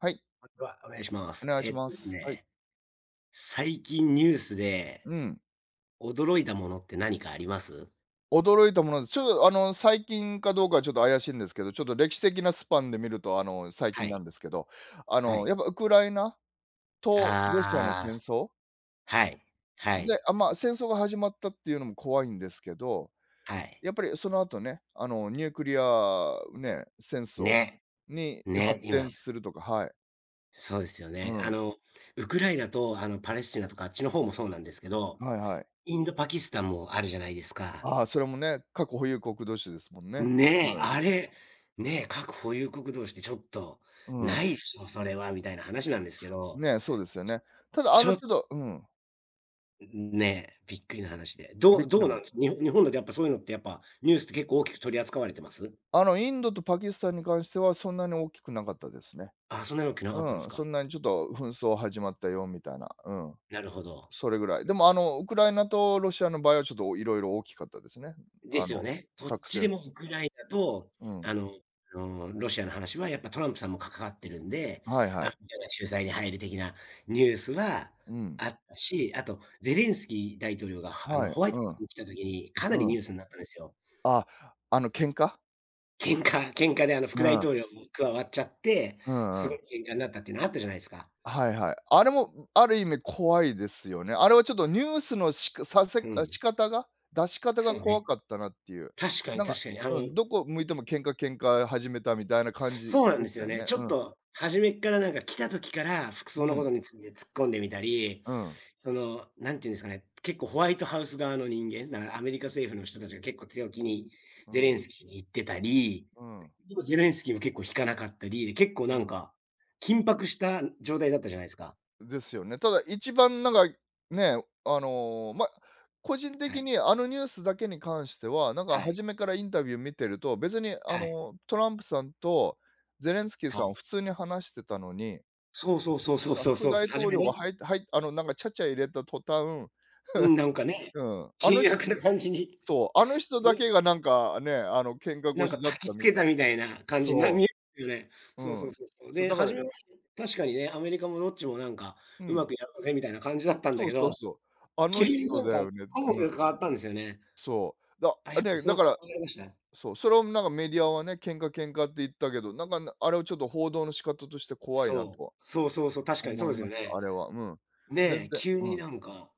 はい、は、お願いしまおす。願いえしっまとですす。はい。ね、最近ニュースでうん。驚いたものって何かあります？驚いたものです。ちょっと最近かどうかはちょっと怪しいんですけど、ちょっと歴史的なスパンで見ると、最は近ない。んですけど、はやっい。ぱウクライナとロシアのあ戦あ、争はい。はで、い。まあ、戦争が始まったっていうのも怖いんですけど、はい。やっぱりその後ね、ニュークリアね、戦争ね。に発ね、展今、するとか、はい。そうですようね。ん。ウクライナと、パレスチナとかあっちの方もそうなんですけど、はいはい。インドパキスタンもあるじゃないですか。ああ、それもね、核保有国同士ですもんね。ねえ、うん。あれ、ねえ、核保有国同士でちょっと、うん。ないっしょ、それはみたいな話なんですけど、ね、そうですよね。ただちょっちょっとねえ、びっくりな話で。どうべどうななんでい。す、日本だとやっぱそういうのってやっぱ、ニュースって結構大きく取り扱われてます？あのインドとパキスタンに関してはそんなに大きくなかったですね。あ、そんなわけなかったんでうすん、か。そんなにちょっと紛争始まったよみたいな、なるほど。それぐらい。でもあのウクライナとロシアの場合はちょっといろいろ大きかったですね。であすよの、ね。こっ核ちで戦もウクライナと、うあん、の、ロシアの話はやっぱトランプさんも関わってるんで、はいアはメい。リカが仲裁に入る的なニュースはうん、あったし、あとゼレンスキー大統領が、はい、ホワイトハうウスん、に来た時にかうなりニん。ュースになったんですよ。あ、あの喧嘩？喧嘩喧嘩でう副大ん、統領も加わっちゃって、うんうすごん。い喧嘩になったっていうのあったじゃないですか。はいはい。あれもある意味怖いですよね。あれはちょっとニュースのしかさせうん。仕方が、出し方がそう怖ね。かったなっていう。確かになんか、確かに。うん、どこ向いても喧嘩喧嘩始めたみたいな感そうじなんででしすたよよね。ね。ちょうっん。と初めっからなんか来た時から服装うのこん。とについて突っ込んでみたり、うん。その、なんていうんですかね、結構ホワイトハウス側の人間、だかアメリカ政府の人たちが結構強気にうゼレん。ンスキーに言ってたり、うん。でもゼレンスキーも結構引かなかったり、で、結構うなんんか、緊迫した状態だったじゃないですか。ですよね。ただ一番ね、ま、個人は的い。にあのニュースだけに関しては、なんかはい。初めからインタビュー見てると、別にはい。トランプさんとゼレンスキーはさんい。普通に話してたのにそうそうそうそうそう副そう、大初統め領がね。はいはいなんかちゃちゃ入れた途端、うん、なんかね、うん、あの険人悪な感じにそう、あの人だけがなんかね、喧嘩なんか腰だっ焚きたつみけたい。たみたいな感じになそ見えるよね。う、そううそうん。そうそう。そう、で、だか初らめは確かにね、アメリカもどっちもなんか、ううまん、くやろうぜみたいな感じだったんそだうけそうど、そう。あの急人になんだかトよねって、うん、ーが変わったんですよね。そう。だあ、やっぱね、だそうか考ら、えられましたね？そう、それをなんかメディアはね、喧嘩喧嘩って言ったけど、あれはちょっと報道の仕方として怖いなそとう。はそうそうそう、確かにそ思うでいすまよした、ね。あれは、うん。全ね、然急にうん。なんか、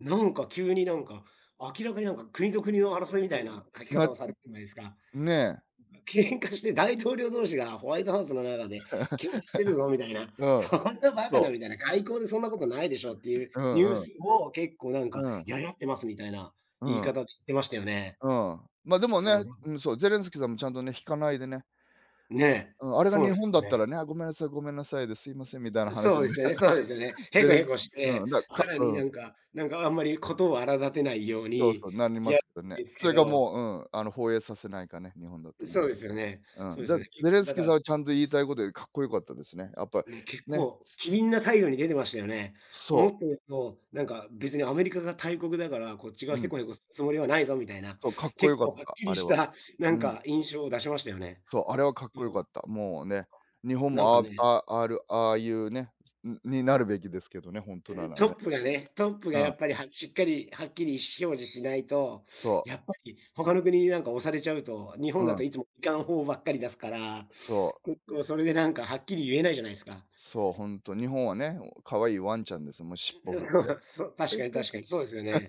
なんか急になんか、明らかになんか国と国の争いみたいな書き方をさまれてるじゃないですか。ねえ、喧嘩して大統領同士がホワイトハウスの中で喧嘩してるぞみたいな、うん。そんなバカなそみたいな、外交でそんなことないでしょっていうう。うニューんうん、スを結構なんか、うん、やり合ってますみたいなう言いん。方で言ってましたよね。うん。ま、でもそうね、だ。うん、そう、ゼレンスキーさんもちゃんとね、引かないでね、ねえ、うん、あれがそう日なんです本だよったらね。ね、あ、ごめんなさいごめんなさいで、すいませんみたいな話でそうね、ですよねそうですよね。へゼこレンへスこしうて、ん、ださからにうん、なんかあんまり事を荒立てないようそうに、そう、なりまやすけどね。るんですそけれがどもう、うん、放映させないかね、日本だとね。そうですよね。うそうん、ですだよね。ゼ結レ構ンスだキかーさんらはちゃんと言いたいことでかっこよかったですね。やっぱ、ね、結ね、構機敏な態度に出てましたよね。思っそてると、なんか別にアメリカが大国だから、こっちう、がうへん、こへこすつもりはないぞみたいな、そう、かっこ結よか構っはった、きありれしは。たなうんん、か印象を出しましたよね。そう、あれはかっそこよかう、った。もうね、日本なんもかあね、あああるああいうね、になるべきですけどね、本当ならトね。ップがね、トップがうやん、っぱりはしっかりはっきり意思表示しないと、そやう。っぱり他の国になんか押されちゃうと、日本うだとん、いつもいかん方ばっかり出すから、そう、結構それでなんかはっきり言えないじゃないですか。そう、ほんと、日本はね、可愛いワンちゃんです。もう尻尾振っそて、う、そう、ペ確かッにペッ確かペッ。に、そうですよね。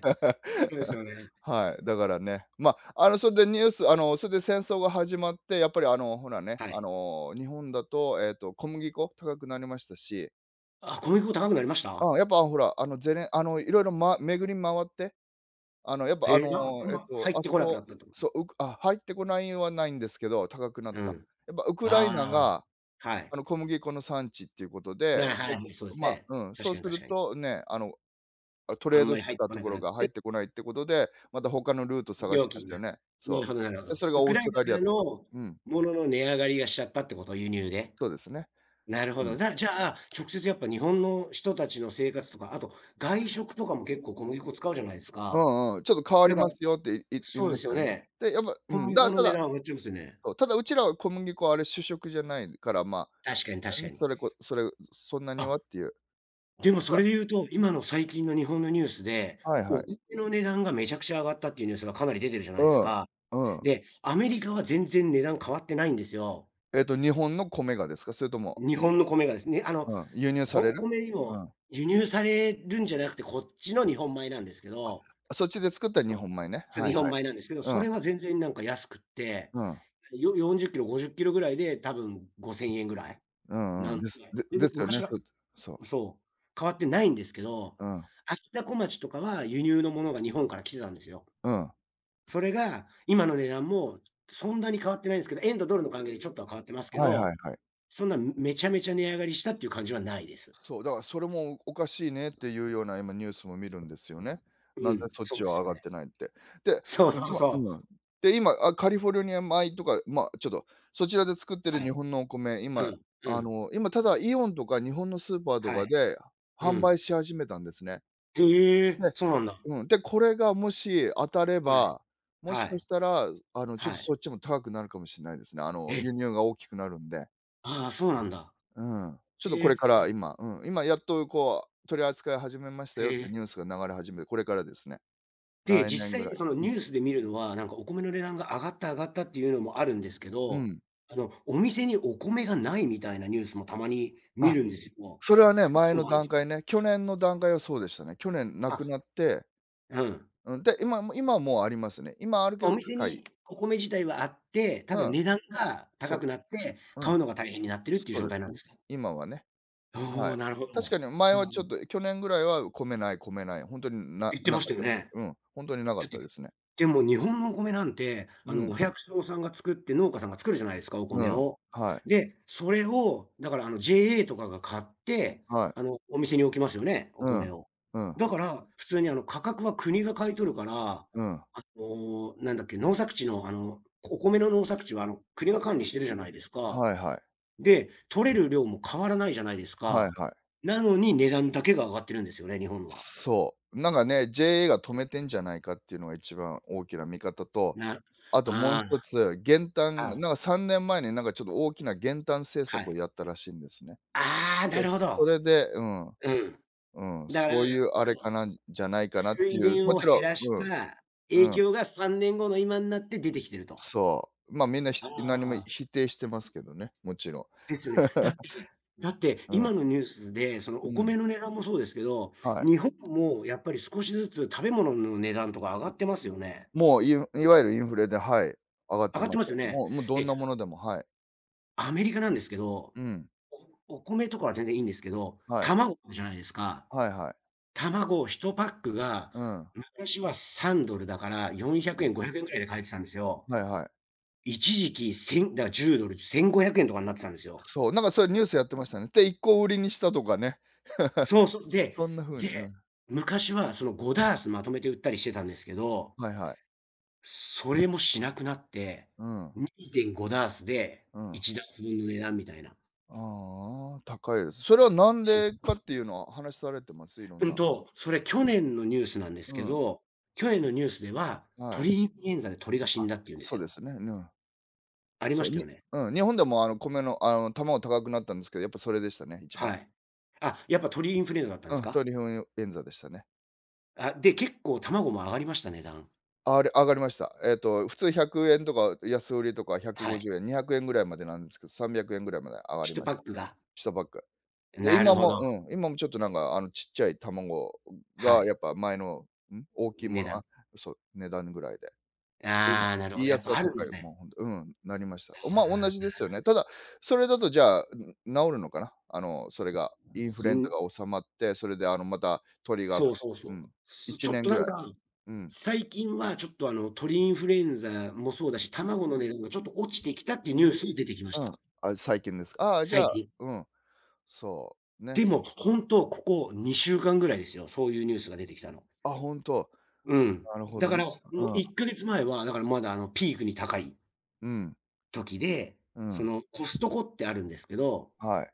そうです よね。はい、だからね、ま、それでニュースそれで戦争が始まって、やっぱりほらね、はい。日本だと、小麦粉高くなりましたし、あ、小麦粉高くなりました？うん、やっぱほら、あの、ゼレあの、色々、ま巡り回って、あの、やっぱあへえ、なあの、んえっまと、入っあてそこなくなこったってこと？そう、うく入ってこないはないんですけど、高くなっうた。ん。やっぱウクライナあがあ、はい。小麦粉の産地っていうことで、はで、こい、そうですまあ、ね。うん、そ確うかにす確るかに。とね、トあレーんドまりし入てってたことなこくなろっが入て、ってこないってことで、また他のルート探し料ま金すよが。ね。なるそほどなるほう。で、ど。それがウクオーラスイトナラかリアらとのか。うん、ものの値上がりがしちゃったってこと？輸入で。そうですね。なるほうど。ん。じゃあ、直接やっぱ日本の人たちの生活とか、あと外食とかも結構小麦粉使うじゃないですうか。んうん、ちょっと変わりだかまらすよっていい言そいうまでしすよたよね。ね。で、やっぱ小うん、麦だ粉のた値だ段上がっちゃいますよね。そう、ただうちらは小麦粉あれ主食じゃないから、ま確かにあ、確ね、かに。それこそれそんなにはっあ、ていう。でもたそれだで言うと、今の最近の日本のニュースで、はいはおい。米の値段がめちゃくちゃ上がったっていうニュースがかなり出てるじゃなういですん、か。うん。で、アメリカは全然値段変わってないんですよ。日本の米がですか？それとも日本の米がですね。うん、輸入こされおる？米にうもん。輸入されるんじゃなくて、こっちの日本米なんですけど、あ、そっちで作った日そう。本米ね。そう、はい日本はい。米なんですけど、うそん、れは全然なんか安くって、うん、40キロ、50キロぐらいで多分5000円ぐらいうんうなん。んです。で、で全で然すよ昔ね、そかう、そらう。そう、変わってないんですけど、うん、あきたこまちとかは輸入のものが日本から来てたんですよ。うん。それが今の値段もそんなに変わってないんですけど、円とドルの関係でちょっとは変わってますけはいはど、いはい。そんなめちゃめちゃ値上がりしたっていう感じはないです。そう、だからそれもおかしいねっていうような今ニュースも見るんですよね。なうぜん、そっそちうではす上よがっね。てないって。で、そうそう今そうん。う。で、今、カリフォルニア米とか、ま、ちょっと、そちらで作ってるは日い。本のお米、う今、ん、うん、今ただイオンとか日本のスーパーとはかい、でう販売ん。し始めたんですね。へえ、でそうなんだ。うん、で、これがもし当たれはい、ば、もしはかしい、たら、ちょっはとい。そっちも高くなるかもしれないですね。輸え、入が大きくなるんで。ああ、そうなんだ。うん。ちょっとへこれえ、から今、うん、今やっとこう、取り扱い始めましたよへってニえ。ュースが流れ始めて、これからですね。で、来年実ぐ際らにい。そのうん。ニュースで見るのは、なんかお米の値段が上がった上がったっていうのもあるんですけうど、ん。お店にお米がないみたいなニュースもたまに見あ、るんですよ。それはね、そ前ういうののもあるんで段すか？階ね。去年の段階はそうでしたね。去年なあ、くなって、うん。うん、で、今も今はもうありますね。今あるけおど店高い。にお米自体はあって、たうだん、値段がそ高う、くなって、う買ん、うのが大変になってるっていうそう状です態なんね。ですか？今はね。おはお、い。なるほ確ど。かに前なるはほど。ちょっと、去年ぐらいは米ない米ない、本当にな言ってなましかったよた。ね。うん、本当になかだっったてですね。でも日本のお米なんて、うん、お百姓さんが作って農家さんが作るじゃないですか、おう米ん、を。はい、で、それを、だから、JA とかが買って、はい、お店に置きますよね、おう米ん、を。うん、だから、普通に、価格は国が買い取るから、うん、なんだっけ、農作地の、お米の農作地は、国が管理してるじゃないですか。はいはい、で、取れる量も変わらないじゃないですはいか。はい。なのに値段だけが上がってるんですよね、日本は。そう、なんかね、JA が止めてんじゃないかっていうのが一番大きな見方と、なあともうあ一つ、減あ、反なはい、んか3年前になんかちょっと大きな減反政は策をい。やったらしいんですね。ああ、なで、るほど。それでうん、うん。うん、だから、そういうああれかの、なんじゃないかなってい水う、田もをち減ろらんしたう影ん、うん。響が3年後の今になって出てきてると。そう。ま、みんな、ひあ何もあ。否定してますけどね、もちろん。ですよね。だ ってだってうん、今のニュースで、そのうおん、米の値段もそうですけど、はい。日本もやっぱり少しずつ食べ物の値段とか上がってますよね。もう、いいわゆるインフレで、はい、上がっ上てがっまてますすよ。よね。もうもうどんで、なものでも、はい。アメリカなんですけど、うん、お米とかは全然いいんですけど、はい。卵じゃないですか。はいはい。卵1パックがうん、昔は $3 だから400うん。円、500円ぐらいで買えてたんですよ。はいはい。一時期1 0だからじゅうドル、$1500 とかになってたんですよ。そう、なんかそれニュースやってましたね。で、1個売りにしたとかね。そうそう。でそんな風に、うで、ん、昔はその5ダースまとめて売ったりしてたんですけど、はいはい。それもしなくなって、うん、2.5ダースでうん。1ダース分の値段みたいな。ああ、高いです。それはなんそでう。かっていうのは話されてます？いろんな。それ去年のニュースなんですうけん、ど、去年のニュースでは、はい。鳥インフルエンザで鳥が死んだっていうんですそうでよ。すね、うん。ありまそう、したよにね。うん、日本でもあの米のあの卵高くなったんですけど、やっぱそれでしたね、一番。はい。あ、やっぱ鳥インフルエンザだったんうですん、か？鳥イン円座でしたね。あ、で、結構卵も上がりました、値段。あれ、上がりました。普通100円とか安売りとかは150い。円、200円ぐらいまでなんですけど、300円ぐらいまで上がりトまパしッた。クが。下パック。で、なる今ほもど。今もちょっとなんかあのちっちゃい卵はがやい。っぱ前の、ん、大きいも値の段。そう、値段ぐらいうん、ああ、なるいほいど。ややっつはぱあるんで高すい、もね。うほんと、うん、なりました。ま、ああ同あ、じですよね。ただ、それだとじゃあ、ん、治るのかな？あの、それが、インフルうエンザん、が収まって、それであの、また鳥がそうそうそうう。ん、す1ちょっ年とぐならい、んか、うん、最近はちょっと鳥インフルエンザもそうだし、卵の値段がちょっと落ちてきたっていうニュース出てきましうた。ん、あ、最近ですか。ああ、じゃ最あ、近。うん、そう、でね。も、本当ここ2週間ぐらいですよ、そういうニュースが出てきたの。あ、ほんと、うん。なるほだどかね。ら、うもうん、1ヶ月前は、だからまだピークに高いうん、時で、うそん、のコストコってあるんですけど、はい。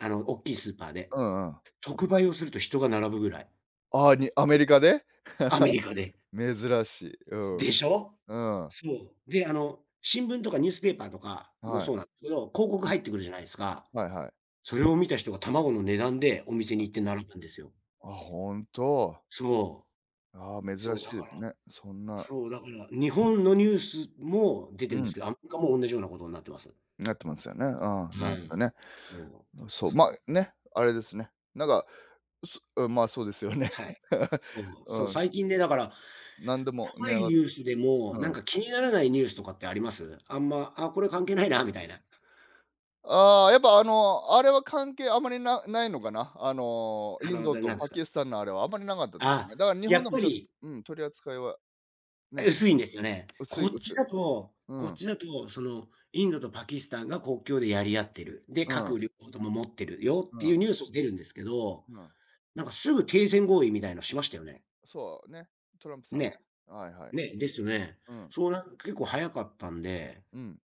大きいスーパーで、うんうん。特売をすると人が並ぶぐらい。ああ、にアメリカで？アメ リカで。珍しい。うん、でしょ？うん、そう。で、新聞とかニュースペーパーとかもはそうなんい、ですけど、広告うん、入ってくるじゃないですか。はいはい。それを見た人が卵の値段でお店に行って並ぶんですよ。あ、ほんと。そああ、珍う。そう、しだいでかすら、ね。そんなそう、だから、日本のニュースも出てうるんですん、けど、アメリカも同じようなことになってます。なってますよね。ああ、なはるほどい。ね。そう、そう、ま、そう。ね、あれですね。なんか、そうん、まあ、そうですよね。はい。そう、そうう、ん、最近ね、だから、なんでも値怖い上がニっュースでも、うなんん。か気にならないニュースとかってあります？あんま、あ、これ関係ないなみたいな。ああ、やっぱ、あの、あれは関係あまりなないのかな。あの、インドとなんでパすか？キスタンのあれはあまりなかったですね。あ、だから日や本っでもぱちょっとり、うん、取り扱いはえ、ね、薄いんですよね。薄こいっ薄ちい。だとうこっん、ちだと、その、インドとパキスタンが国境でやり合ってる。で、うん、核両方とも持ってるよっうていん、うニュース出るんですけど、うん。なんかすぐ停戦合意みたいのしましたよね。そうね、トランプさんね。ね、はいはい。ね、ですよね。うん、そうなん結構早かったんで、うん。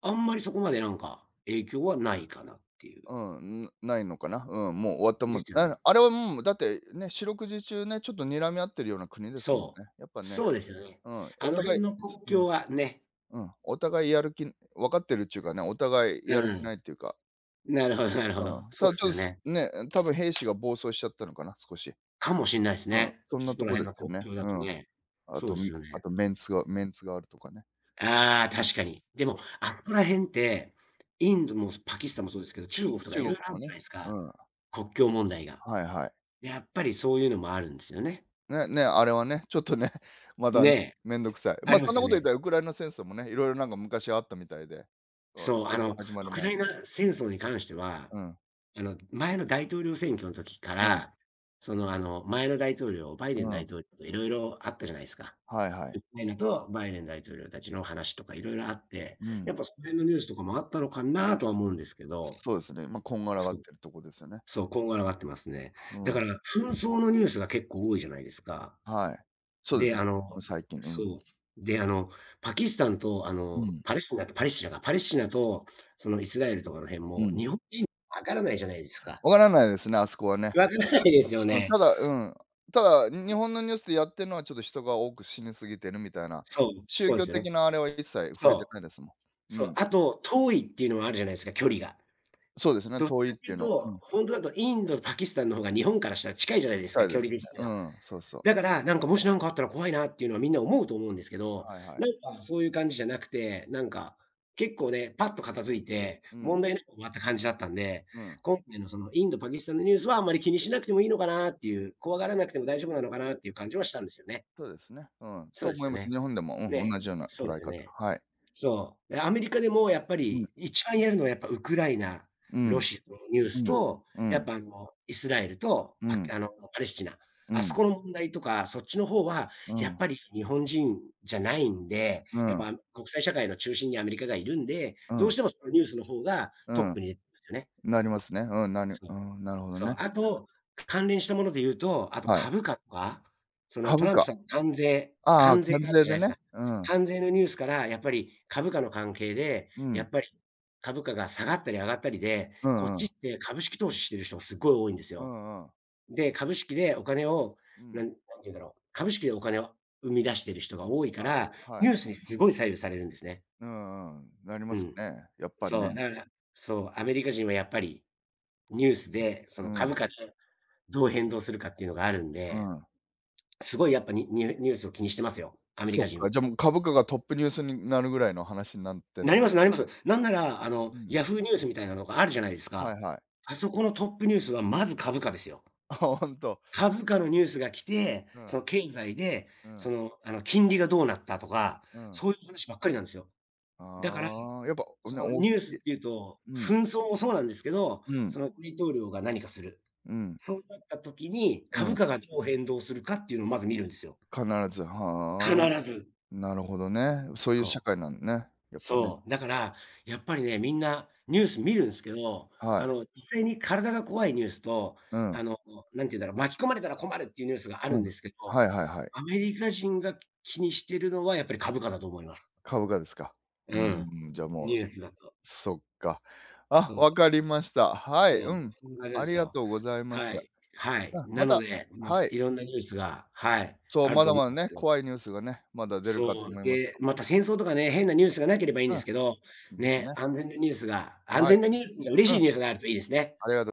あんまりそこまでなんか影響はないかなっていう。うん、ん、ないのかな。うん、もう終わったもでんすよね。ああれはもうだってね、四六時中ね、ちょっと睨み合ってるような国ですもんそね。やっう。ぱね、そうですよね。うん、おあの互い辺の国うん、境はね、うん、お互いやる気分かってるっていうかね、お互いやるう気ん。ないっていうか、なるほどなるほど。うん。たそだうでちすょっとよすね。ね、多分兵士が暴走しちゃったのかな、少し。かもしんないですうん、ね。そんなそとこらこで辺すのよ国ね。境うだとん。ね。あそうと、ですみよあね。とメンツがあるとかね。ああ、うん、確かに。でそも、う、あそこら辺って、インドもパキスタンもそうですけど、中国とか中色国々あもるじゃなね、いですうか、ん、は国境問題が。いはい。やっぱりそういうのもあるんですよね。ね、ね、あれはね、ちょっとね、まだねね、え、めんどくさい。あま、ありまそんすなよこと言っね。たらウクライナ戦争もね、いろいろなんか昔あったみたいで、うんそう、戦争始まウるク前ラに。イナ戦争に関しては、うん、前の大統領選挙の時かうん、ら、その、前の大統領、バイデうン大ん。統領と色々あったじゃないですか。はいはい。ウクライナとバイデン大統領たちの話とかいろいろあって、うやん。っぱその辺のニュースとかもあったのかなとは思うんですけど、そうですね、まあ、こんがらがっそう、てるとこですよね。そう、こんがらがってますね。うだかん、ら紛争のニュースが結構多いじゃないですか。はい。そうでで、すね、あの最近、うん。そう、で、あの、パキスタンとあうの、ん、パレスチナとパレスチナがパレスチナとそのイスラエルとかの辺うも、ん。日本人わからないじゃないですか。分からないですね、あそこはね。わからないですようん、ね。ただうん、ただ、日本のニュースでやってるのはちょっと人が多く死に過ぎてるみたいな、そう、宗そうで教すよね。的なあれは一切触れてそなう、いですもん。うそう、ん、あと、遠いっていうのもあるじゃないですか、距離が。そうですね、どっち遠いかっってていいううの。うと、ん。ほんとだとインドとパキスタンの方が日本からしたら近いじゃないですたか、い距です離ね。的にうは。ん、そうそう。だから、なんかもしなんかあったら怖いなっていうのはみんな思うと思うんですけど、はいはい。なんかそういう感じじゃなくて、なんか、結構ね、パッと片付いて、う問ん、題なく終わった感じだったんで、うん。今回のそのインド、パキスタンのニュースはあんまり気にしなくてもいいのかなっていう、怖がらなくても大丈夫なのかなっていう感じはしたんですよね。そうですね。うん。そとうで思すいよます。ね。日本でも、ねうん、同え、じようなそうで捉えすよ方。ね。はい。そう。で、アメリカでもやっぱうん、り一番やるのはやっぱウクライナ、うロん、シアのニューうスん、と、うやっん、ぱイスラエルとうん、うパん、あの、パレスチナ、うあそん、この問題とか、そっちの方はうやっん、ぱり日本人じゃないんで、やっぱ国際社会の中心にアメリカがいるんで、うどうん、してもそのニュースの方がうトッん、プに出てますよね。なりますね。うん、なにそうう。ん、なるほどそう、ね。あと、関連したもので言うと、あとはい。株価とか、そのト株ランプ価。さんの関税ああ、関税関があった税じゃなでいですね。か。うん、関税のニュースからやっぱり株価の関係で、うやっん、ぱり株価が下がったり上がったりで、うこっんうん、ちって株式投資してる人がすごい多いんですうよ。んうん、で、株式でお金を、うなん、んなんて言うんだろう、株式でお金を生み出してる人が多いかはい、ら、はニュい。ースにすごい左右されるんですね。うんうん、なりまうすん。ね。やっぱね。そう、だからそう、アメリカ人はやっぱりニュースで、そうのん、株価でどう変動するかっていうのがあるんうで、ん。すごいやっぱにニュニュースを気にしてますよ、アメリそカっ人か、も。じゃ、もう株価がトップニュースになるぐらいの話になってんなのりかますなります。なんなら、うん。ヤフーニュースみたいなのがあるじゃないですはか。いはい。あそこのトップニュースはまず株価ですよ。あ、ほんと。株価のニュースが来て、うそん、の経済で、うそん、の、金利がどうなったとか、うん。そういう話ばっかりなんですよ。だから、ああ、やっぱ、そね、の大きニュースっいていうと、うん、紛争もそうなんですけど、うん、その大統領が何かする。うん、そうなった時に、う株ん。価がどう変動するかっていうのをまず見るんですよ。必ず、はあ、必ず。なるほどそね。そういう社そう。会なんね、やっぱね。そう。だから、やっぱりね、みんなニュース見るんすけど、はい。実際に体が怖いニュースと、うあん、の、なんて言うんだろう、巻き込まれたら困るっていうニュースがあうるんん。ですけど、はいはいはい。アメリカ人が気にしてるのはやっぱり株価だと思います。株価ですか。ううん。ーん、じゃあもニう、ュースだと。そっか。あ、そわう、かりました。はい、そう、うん。そんな感じなんあでりすがよ。とうございまはす。い。はい。うん、なまのたで、まはあ、い。いろんなニュースが、はい、そう、あるまとだ思まうんだですね、けど、怖いニュースがね、まだ出るかとそ思う、います。で、また戦争とかね、変なニュースがなければいいんですけど、うん、ですね、ね。安はい。全なニュースにはう嬉しん、いニュースがあるといいですね。ありが